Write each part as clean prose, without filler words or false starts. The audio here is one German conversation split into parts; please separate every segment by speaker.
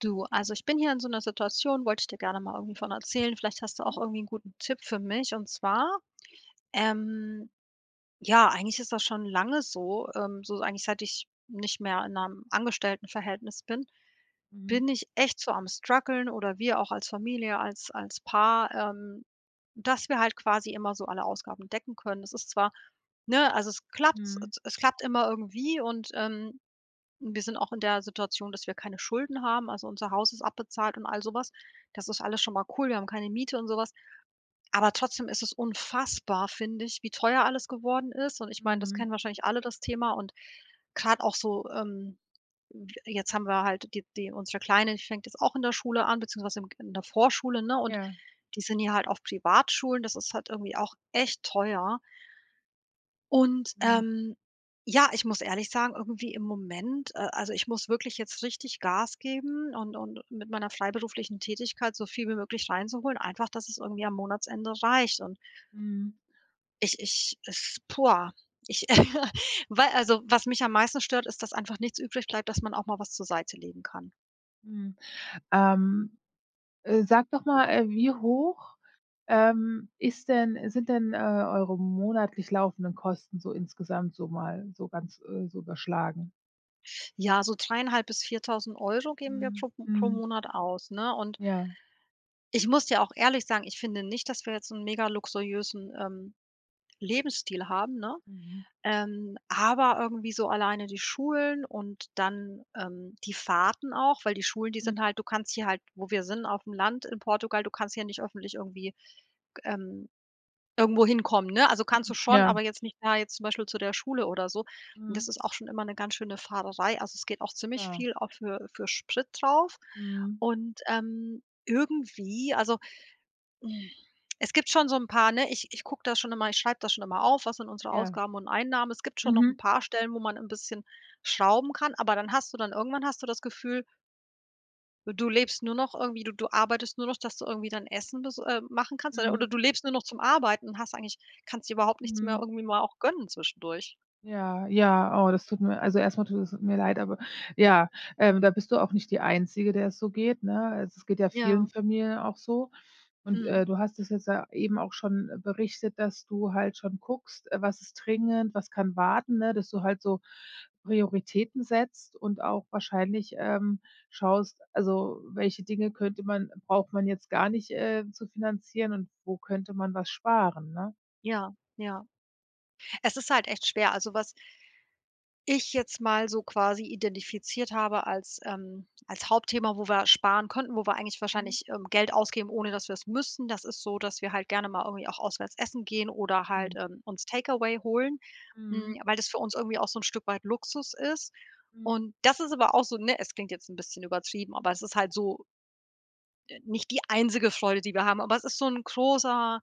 Speaker 1: Du, also ich bin hier in so einer Situation, wollte ich dir gerne mal irgendwie von erzählen. Vielleicht hast du auch
Speaker 2: Mhm.
Speaker 1: irgendwie einen guten Tipp für mich. Und zwar, ähm, ja, eigentlich ist das schon lange so, so eigentlich seit ich nicht mehr in einem Angestelltenverhältnis bin,
Speaker 2: Mhm.
Speaker 1: bin ich echt so am struggeln oder wir auch als Familie, als Paar, dass wir halt quasi immer so alle Ausgaben decken können. Es ist zwar ne, also es klappt es
Speaker 2: Mhm.
Speaker 1: es klappt immer irgendwie und, wir sind auch in der Situation, dass wir keine Schulden haben, also unser Haus ist abbezahlt und all sowas. Das ist alles schon mal cool, wir haben keine Miete und sowas. Aber trotzdem ist es unfassbar, finde ich, wie teuer alles geworden ist, und ich meine, das
Speaker 2: Mhm.
Speaker 1: kennen wahrscheinlich alle, das Thema. Und gerade auch so, w jetzt haben wir halt die unsere Kleine, die fängt jetzt auch in der Schule an, beziehungsweise im in der Vorschule, ne, und
Speaker 2: Ja.
Speaker 1: die sind ja halt auf Privatschulen, das ist halt irgendwie auch echt teuer. Und,
Speaker 2: Mhm.
Speaker 1: ja, ich muss ehrlich sagen, irgendwie im Moment also, ich muss wirklich jetzt richtig Gas geben, und mit meiner freiberuflichen Tätigkeit so viel wie möglich reinzuholen, einfach, dass es irgendwie am Monatsende reicht. Und
Speaker 2: Mhm.
Speaker 1: ich es boah, ich weil also, was mich am meisten stört, ist, dass einfach nichts übrig bleibt, dass man auch mal was zur Seite legen kann.
Speaker 2: Mhm. Ähm, Sag doch mal, wie hoch, ist denn sind denn, eure monatlich laufenden Kosten so insgesamt so mal so ganz, so überschlagen?
Speaker 1: Ja, so 3.500 bis 4.000 € geben wir
Speaker 2: Mhm.
Speaker 1: pro
Speaker 2: Mhm.
Speaker 1: Monat aus, ne? Und
Speaker 2: Ja.
Speaker 1: ich muss dir auch ehrlich sagen, ich finde nicht, dass wir jetzt so einen mega luxuriösen, Lebensstil haben, ne?
Speaker 2: Mhm.
Speaker 1: Aber irgendwie so alleine die Schulen und dann, die Fahrten auch, weil die Schulen, die
Speaker 2: Mhm.
Speaker 1: sind halt du kannst hier halt, wo wir sind auf dem Land in Portugal, du kannst hier nicht öffentlich irgendwie, ähm, irgendwo hinkommen, ne? Also, kannst du schon,
Speaker 2: Ja.
Speaker 1: aber jetzt nicht da, jetzt zum Beispiel zu der Schule oder so. Und das
Speaker 2: Mhm.
Speaker 1: ist auch schon immer eine ganz schöne Fahrerei. Also, es geht auch ziemlich
Speaker 2: Klar.
Speaker 1: viel auch für Sprit drauf.
Speaker 2: Mhm.
Speaker 1: Und, irgendwie also hm, es gibt schon so 'n paar, ne? Ich gucke da schon immer, ich schreibe das schon immer auf: „Was sind unsere
Speaker 2: Ja.
Speaker 1: Ausgaben und Einnahmen?“ Es gibt schon noch 'n
Speaker 2: Mhm.
Speaker 1: paar Stellen, wo man 'n bisschen schrauben kann, aber dann hast du dann irgendwann hast du das Gefühl, du lebst nur noch irgendwie, du arbeitest nur noch, dass du irgendwie dein Essen bes machen kannst, oder
Speaker 2: Mhm.
Speaker 1: du lebst nur noch zum Arbeiten und hast eigentlich, kannst dir überhaupt nichts mehr
Speaker 2: Mhm.
Speaker 1: irgendwie mal auch gönnen zwischendurch.
Speaker 2: Ja, ja, oh, das tut mir also erstmal tut es mir leid, aber ja, da bist du auch nicht die Einzige, der es so geht, ne? Also, es geht ja vielen
Speaker 1: Ja.
Speaker 2: Familien auch so. Und,
Speaker 1: Mhm.
Speaker 2: du hast es jetzt ja eben auch schon berichtet, dass du halt schon guckst, was ist dringend, was kann warten, ne? Dass du halt so Prioritäten setzt und auch wahrscheinlich, schaust, also, welche Dinge könnte man braucht man jetzt gar nicht, zu finanzieren, und wo könnte man was sparen, ne?
Speaker 1: Ja, ja. Es ist halt echt schwer. Also, was ich jetzt mal so quasi identifiziert habe als, als Hauptthema, wo wir sparen könnten, wo wir eigentlich
Speaker 2: Mhm.
Speaker 1: wahrscheinlich, Geld ausgeben, ohne dass wir es müssten. Das ist so, dass wir halt gerne mal irgendwie auch auswärts essen gehen oder halt, uns Takeaway holen,
Speaker 2: Mhm,
Speaker 1: weil das für uns irgendwie auch so ein Stück weit Luxus ist.
Speaker 2: mhm.
Speaker 1: Und das ist aber auch so ne, es klingt jetzt ein bisschen übertrieben, aber es ist halt so, nicht die einzige Freude, die wir haben, aber es ist so ein großer,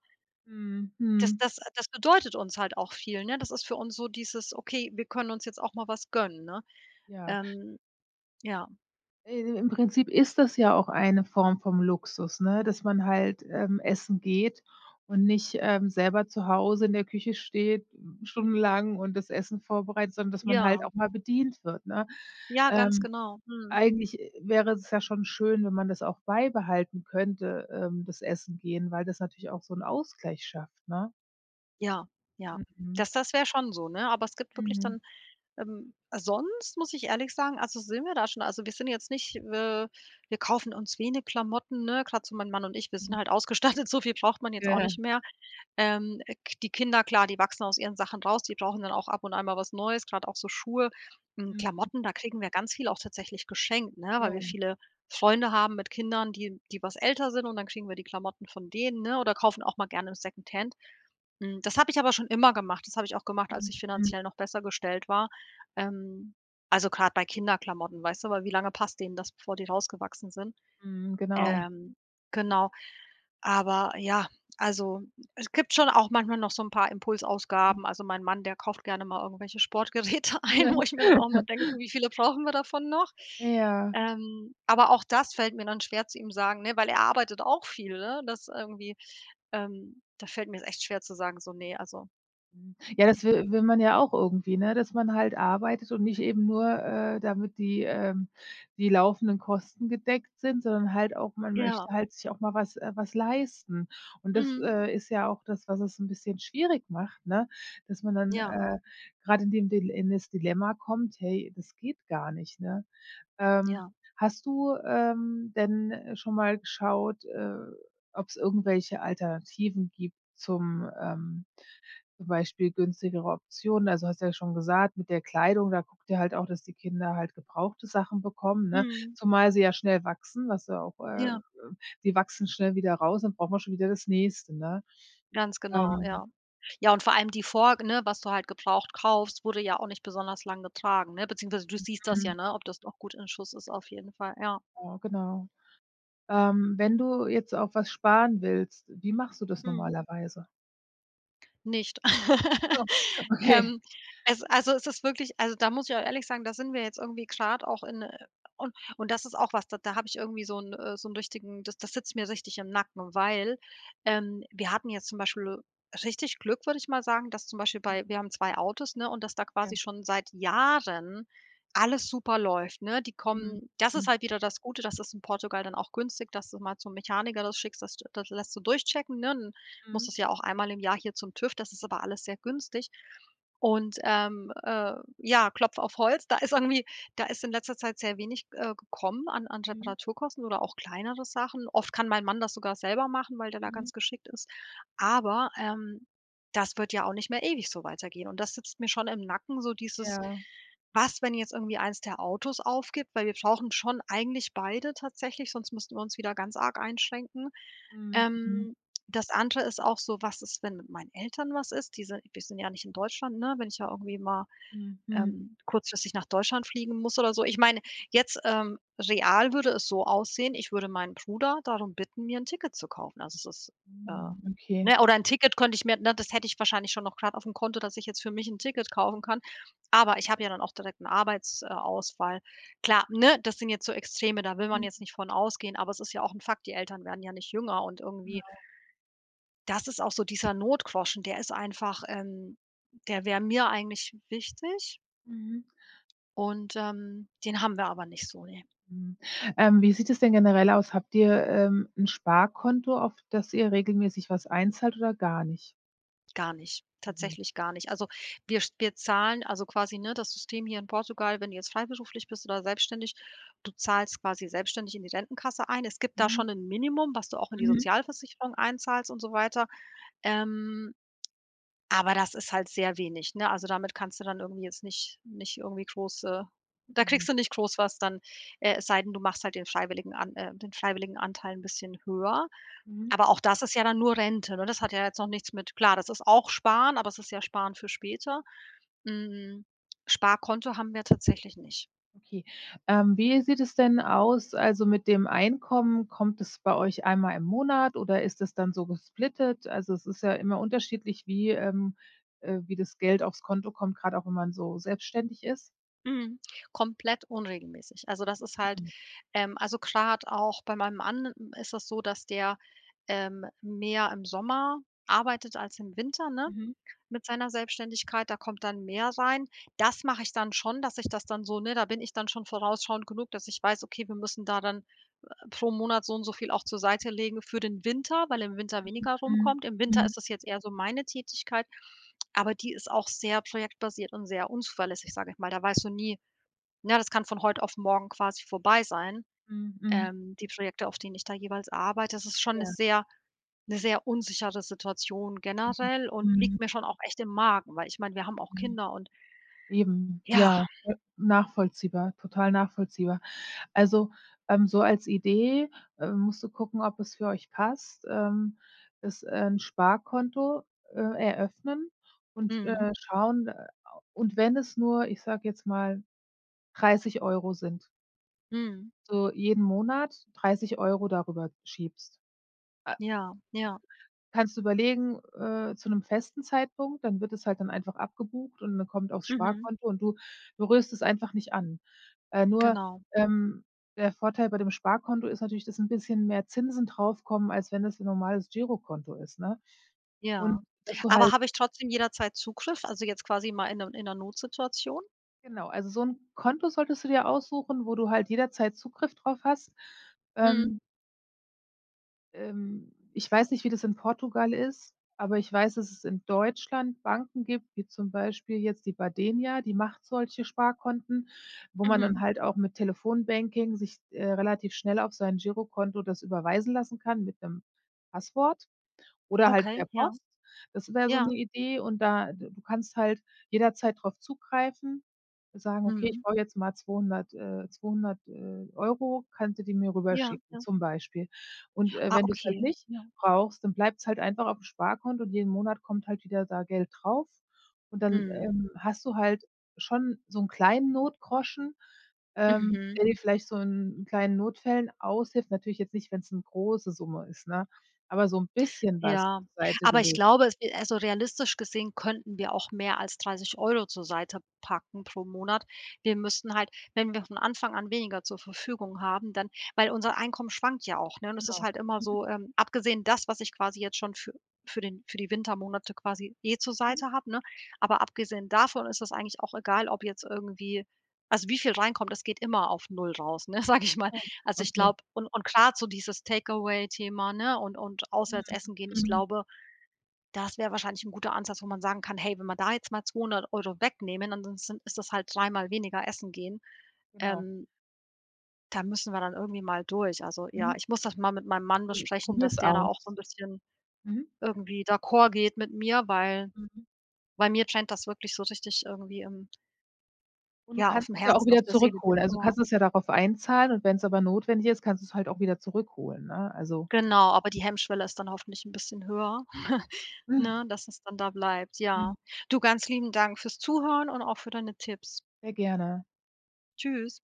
Speaker 2: Mhm,
Speaker 1: das
Speaker 2: mhm.
Speaker 1: das das bedeutet uns halt auch viel, ne? Das ist für uns so dieses: „Okay, wir können uns jetzt auch mal was gönnen“, ne?
Speaker 2: Ja,
Speaker 1: Ähm ja,
Speaker 2: im Prinzip ist das ja auch eine Form vom Luxus, ne, dass man halt, essen geht und nicht, selber zu Hause in der Küche steht stundenlang und das Essen vorbereitet, sondern dass man halt
Speaker 1: ja,
Speaker 2: auch mal bedient wird, ne?
Speaker 1: ja, ganz
Speaker 2: Ähm,
Speaker 1: genau. Mhm.
Speaker 2: eigentlich, wäre es ja schon schön, wenn man das auch beibehalten könnte, das Essen gehen, weil das natürlich auch so 'n Ausgleich schafft, ne?
Speaker 1: Ja, ja.
Speaker 2: Mhm.
Speaker 1: Das wäre schon so, ne? Aber es gibt wirklich
Speaker 2: Mhm.
Speaker 1: dann. Sonst muss ich ehrlich sagen, also, sind wir da schon, also, wir sind jetzt nicht wir kaufen uns wenig Klamotten, ne? Grad so mein Mann und ich, wir sind
Speaker 2: Mhm.
Speaker 1: halt ausgestattet, so viel braucht man jetzt auch
Speaker 2: Ja.
Speaker 1: nicht mehr. K die Kinder, klar, die wachsen aus ihren Sachen raus, die brauchen dann auch ab und an mal was Neues, gerade auch so Schuhe.
Speaker 2: Mhm.
Speaker 1: Klamotten, da kriegen wir ganz viel auch tatsächlich geschenkt, ne, weil
Speaker 2: Ja.
Speaker 1: wir viele Freunde haben mit Kindern, die was älter sind, und dann kriegen wir die Klamotten von denen, ne, oder kaufen auch mal gerne im Secondhand. Das habe ich aber schon immer gemacht. Das habe ich auch gemacht, als
Speaker 2: Mhm.
Speaker 1: ich
Speaker 2: Mhm.
Speaker 1: finanziell noch besser gestellt war. Ähm, also grad bei Kinderklamotten, weißt du, weil wie lange passt denen das, bevor die rausgewachsen sind?
Speaker 2: Mhm. Genau.
Speaker 1: Ähm, genau. Aber ja, also es gibt schon auch manchmal noch so 'n paar Impulsausgaben. Also mein Mann, der kauft gerne mal irgendwelche Sportgeräte ein, wo ich mir dann auch mal denke: „So, wie viele brauchen wir davon noch?“
Speaker 2: Ja.
Speaker 1: Aber auch das fällt mir dann schwer zu ihm sagen, ne, weil er arbeitet auch viel, ne? Das irgendwie, da fällt mir's echt schwer zu sagen, so: „Ne, also
Speaker 2: Mhm. Ja,
Speaker 1: ja.
Speaker 2: das will man ja auch irgendwie, ne, dass man halt arbeitet und nicht eben nur, damit die, die laufenden Kosten gedeckt sind, sondern halt auch man
Speaker 1: Ja,
Speaker 2: möchte halt sich auch mal was leisten. Und das,
Speaker 1: mhm.
Speaker 2: ist ja auch das, was es 'n bisschen schwierig macht, ne, dass man dann,
Speaker 1: Ja,
Speaker 2: grad in das Dilemma kommt: „Hey, das geht gar nicht", ne? Ähm,
Speaker 1: ja,
Speaker 2: hast du, denn schon mal geschaut, ob's irgendwelche Alternativen gibt zum Beispiel günstigere Optionen. Also, hast ja schon gesagt, mit der Kleidung, da guckt ihr halt auch, dass die Kinder halt gebrauchte Sachen bekommen, ne?
Speaker 1: mhm.
Speaker 2: Zumal sie ja schnell wachsen,
Speaker 1: Ja,
Speaker 2: die wachsen schnell wieder raus, dann braucht man schon wieder das Nächste, ne?
Speaker 1: ganz genau,
Speaker 2: Ähm,
Speaker 1: ja. Ja, und vor allem die Vor ne, was du halt gebraucht kaufst, wurde ja auch nicht besonders lang getragen, ne? Beziehungsweise du siehst das ja,
Speaker 2: mhm,
Speaker 1: ne, ob das noch gut in Schuss ist auf jeden Fall, ja.
Speaker 2: ja, genau. Wenn du jetzt auf was sparen willst, wie machst du das
Speaker 1: Mhm.
Speaker 2: normalerweise?
Speaker 1: Nicht.
Speaker 2: Ach so, okay.
Speaker 1: Ähm, es, also, es ist wirklich, also, da muss ich auch ehrlich sagen, da sind wir jetzt irgendwie grad auch in, und das ist auch was, da habe ich irgendwie so 'n, so 'n richtigen, das sitzt mir richtig im Nacken, weil, wir hatten jetzt zum Beispiel richtig Glück, würde ich mal sagen, dass zum Beispiel bei, wir haben 2 Autos, ne, und dass da quasi schon seit Jahren alles super läuft, ne? Die
Speaker 2: Mhm,
Speaker 1: kommen, das ist halt wieder das Gute, das ist in Portugal dann auch günstig, dass du mal zum Mechaniker das schickst, das lässt du durchchecken, ne?
Speaker 2: ja. Mhm,
Speaker 1: Muss
Speaker 2: mhm,
Speaker 1: das ja auch einmal im Jahr hier zum TÜV. Das ist aber alles sehr günstig. Und, ja, Klopf auf Holz, da ist irgendwie, da ist in letzter Zeit sehr wenig, gekommen, an
Speaker 2: mhm, mhm,
Speaker 1: Reparaturkosten oder auch kleinere Sachen. Oft kann mein Mann das sogar selber machen, weil der da
Speaker 2: mhm.
Speaker 1: ganz geschickt ist. Aber, das wird ja auch nicht mehr ewig so weitergehen. Und das sitzt mir schon im Nacken, so dieses:
Speaker 2: Ja.
Speaker 1: „Was, wenn jetzt irgendwie eins der Autos aufgibt?“ Weil wir brauchen schon eigentlich beide tatsächlich, sonst müssten wir uns wieder ganz arg einschränken.
Speaker 2: Mhm, mhm,
Speaker 1: Ähm, das andere ist auch so: Was ist, wenn mit meinen Eltern was ist? Die sind, wir sind ja nicht in Deutschland, ne? Wenn ich ja irgendwie mal,
Speaker 2: mhm, mhm.
Speaker 1: kurzfristig nach Deutschland fliegen muss oder so. Ich meine, jetzt, real würde es so aussehen, ich würde meinen Bruder darum bitten, mir ein Ticket zu kaufen. Also, es ist, äh
Speaker 2: Mhm, okay.
Speaker 1: ne, oder ein Ticket könnte ich mir, ne, das hätte ich wahrscheinlich schon noch gerade auf dem Konto, dass ich jetzt für mich ein Ticket kaufen kann. Aber ich habe ja dann auch direkt einen Arbeitsausfall. Klar, ne, das sind jetzt so Extreme, da will man
Speaker 2: Mhm,
Speaker 1: jetzt nicht von ausgehen, aber es ist ja auch ein Fakt, die Eltern werden ja nicht jünger, und irgendwie,
Speaker 2: genau.
Speaker 1: das ist auch so dieser Notgroschen, der ist einfach, der wäre mir eigentlich wichtig,
Speaker 2: Mhm.
Speaker 1: und, den haben wir aber nicht so, ne,
Speaker 2: Mhm. Wie sieht es denn generell aus? Habt ihr, 'n Sparkonto, auf das ihr regelmäßig was einzahlt oder gar nicht?
Speaker 1: gar nicht.
Speaker 2: Mhm.
Speaker 1: Tatsächlich gar nicht. Also, wir zahlen also quasi, ne, das System hier in Portugal, wenn du jetzt freiberuflich bist oder selbstständig, du zahlst quasi selbstständig in die Rentenkasse ein. Es gibt da
Speaker 2: Mhm.
Speaker 1: schon ein Minimum, was du auch in die
Speaker 2: Mhm.
Speaker 1: Sozialversicherung einzahlst und so weiter. Ähm Aber das ist halt sehr wenig, ne? Also, damit kannst du dann irgendwie jetzt nicht irgendwie große. Da
Speaker 2: Mhm.
Speaker 1: kriegst du nicht groß was dann, es sei denn, du machst halt den freiwilligen, an den freiwilligen Anteil 'n bisschen höher.
Speaker 2: Mhm.
Speaker 1: Aber auch das ist ja dann nur Rente, ne? Das hat ja jetzt noch nichts mit, klar, das ist auch Sparen, aber es ist ja Sparen für später. Hm, Sparkonto haben wir tatsächlich nicht.
Speaker 2: Okay. Wie sieht es denn aus, also, mit dem Einkommen? Kommt es bei euch einmal im Monat oder ist das dann so gesplittet? Also, es ist ja immer unterschiedlich, wie das Geld aufs Konto kommt, grad auch wenn man so selbstständig ist.
Speaker 1: Mhm. Komplett unregelmäßig. Also, das ist halt,
Speaker 2: Mhm.
Speaker 1: also, gerade auch bei meinem Mann, ist das so, dass der, mehr im Sommer arbeitet als im Winter, ne,
Speaker 2: Mhm.
Speaker 1: mit seiner Selbstständigkeit. Da kommt dann mehr rein. Das mache ich dann schon, dass ich das dann so, ne, da bin ich dann schon vorausschauend genug, dass ich weiß: „Okay, wir müssen da dann, pro Monat so und so viel auch zur Seite legen für den Winter“, weil im Winter weniger
Speaker 2: Mhm.
Speaker 1: rumkommt. Im Winter
Speaker 2: Mhm.
Speaker 1: ist das jetzt eher so meine Tätigkeit, aber die ist auch sehr projektbasiert und sehr unzuverlässig, sage ich mal. Da weißt du nie, ja, das kann von heute auf morgen quasi vorbei sein,
Speaker 2: Mhm. Mhm.
Speaker 1: die Projekte, auf denen ich da jeweils arbeite. Das ist schon 'ne
Speaker 2: Ja.
Speaker 1: sehr 'ne sehr unsichere Situation generell und liegt
Speaker 2: Mhm.
Speaker 1: mir schon auch echt im Magen, weil ich meine, wir haben auch
Speaker 2: Mhm.
Speaker 1: Kinder und,
Speaker 2: Eben,
Speaker 1: ja,
Speaker 2: ja, nachvollziehbar, total nachvollziehbar. Also, so als Idee, musst du gucken, ob es für euch passt, ist 'n Sparkonto, äh, eröffnen und,
Speaker 1: mhm,
Speaker 2: schauen, und wenn es nur, ich sage jetzt mal, 30 Euro sind,
Speaker 1: mhm,
Speaker 2: so jeden Monat 30 Euro darüber schiebst.
Speaker 1: ja, ja,
Speaker 2: Kannst du überlegen, zu 'nem festen Zeitpunkt, dann wird es halt dann einfach abgebucht und dann kommt aufs
Speaker 1: mhm,
Speaker 2: Sparkonto und du berührst es einfach nicht an. Nur,
Speaker 1: genau,
Speaker 2: ähm, der Vorteil bei dem Sparkonto ist natürlich, dass 'n bisschen mehr Zinsen draufkommen, als wenn das 'n normales Girokonto ist, ne? Und
Speaker 1: ja.
Speaker 2: dass du
Speaker 1: Aber
Speaker 2: halt,
Speaker 1: habe ich trotzdem jederzeit Zugriff, also jetzt quasi mal in 'ner Notsituation?
Speaker 2: genau, also so 'n Konto solltest du dir aussuchen, wo du halt jederzeit Zugriff drauf hast.
Speaker 1: Mhm,
Speaker 2: Ähm ich weiß nicht, wie das in Portugal ist, aber ich weiß, dass es in Deutschland Banken gibt, wie zum Beispiel jetzt die Badenia, die macht solche Sparkonten, wo man dann
Speaker 1: mhm.
Speaker 2: halt auch mit Telefonbanking sich, relativ schnell auf sein Girokonto das überweisen lassen kann mit 'nem Passwort oder halt per
Speaker 1: Okay, ja,
Speaker 2: Post. Das wäre so
Speaker 1: ja,
Speaker 2: 'ne Idee, und da d du kannst halt jederzeit drauf zugreifen, sagen: „Okay, ich
Speaker 1: mhm,
Speaker 2: brauche jetzt mal 200€, kannst du die mir
Speaker 1: ja,
Speaker 2: rüberschicken?"
Speaker 1: ja.
Speaker 2: zum Beispiel. Und,
Speaker 1: Ah,
Speaker 2: wenn du's halt
Speaker 1: okay,
Speaker 2: nicht
Speaker 1: ja.
Speaker 2: brauchst, dann bleibt's halt einfach aufm Sparkonto und jeden Monat kommt halt wieder da Geld drauf, und dann,
Speaker 1: Mhm,
Speaker 2: hast du halt schon so 'n kleinen Notgroschen,
Speaker 1: mhm.
Speaker 2: der dir vielleicht so in kleinen Notfällen aushilft. Natürlich jetzt nicht, wenn's 'ne große Summe ist, ne? Aber so 'n bisschen was
Speaker 1: Ja,
Speaker 2: zur Seite
Speaker 1: aber ich
Speaker 2: gelegt.
Speaker 1: glaube, es, also, realistisch gesehen könnten wir auch mehr als 30 € zur Seite packen pro Monat. Wir müssten halt, wenn wir von Anfang an weniger zur Verfügung haben, dann, weil unser Einkommen schwankt ja auch, ne? Und es ist
Speaker 2: Genau.
Speaker 1: halt immer
Speaker 2: Mhm,
Speaker 1: so, abgesehen das, was ich quasi jetzt schon für den für die Wintermonate quasi eh zur
Speaker 2: mhm.
Speaker 1: Seite habe, ne? Aber abgesehen davon ist es eigentlich auch egal, ob jetzt irgendwie, also, wie viel reinkommt, das geht immer auf null raus, ne, sage ich mal.
Speaker 2: Ja,
Speaker 1: Also, ich
Speaker 2: okay.
Speaker 1: glaube, und grad so dieses Takeaway-Thema, ne, und
Speaker 2: Mhm,
Speaker 1: auswärts essen gehen, ich
Speaker 2: mhm.
Speaker 1: glaube, das wäre wahrscheinlich ein guter Ansatz, wo man sagen kann: „Hey, wenn wir da jetzt mal 200 € wegnehmen, ansonsten ist das halt dreimal weniger essen gehen.
Speaker 2: Genau.
Speaker 1: Ähm, da müssen wir dann irgendwie mal durch.“ Also, ja,
Speaker 2: Mhm.
Speaker 1: ich muss das mal mit meinem Mann
Speaker 2: Probi
Speaker 1: besprechen, dass
Speaker 2: probier's
Speaker 1: der da auch so ein
Speaker 2: aus.
Speaker 1: bisschen
Speaker 2: Mhm,
Speaker 1: irgendwie d'accord geht mit mir, weil
Speaker 2: mhm.
Speaker 1: bei mir brennt das wirklich so richtig irgendwie im,
Speaker 2: Und du
Speaker 1: ja, auf
Speaker 2: kannst
Speaker 1: dem
Speaker 2: es ja auch
Speaker 1: Herzen, auf
Speaker 2: wieder
Speaker 1: der Seele, wie
Speaker 2: zurückholen.
Speaker 1: auch
Speaker 2: Also, du
Speaker 1: immer.
Speaker 2: kannst es ja darauf einzahlen, und wenn's aber notwendig ist, kannst du's halt auch wieder zurückholen, ne? Also,
Speaker 1: Genau, aber die Hemmschwelle ist dann hoffentlich ein bisschen höher. Ne, dass es dann da bleibt,
Speaker 2: mhm,
Speaker 1: ja. Du, ganz lieben Dank fürs Zuhören und auch für deine Tipps.
Speaker 2: sehr gerne.
Speaker 1: Tschüss.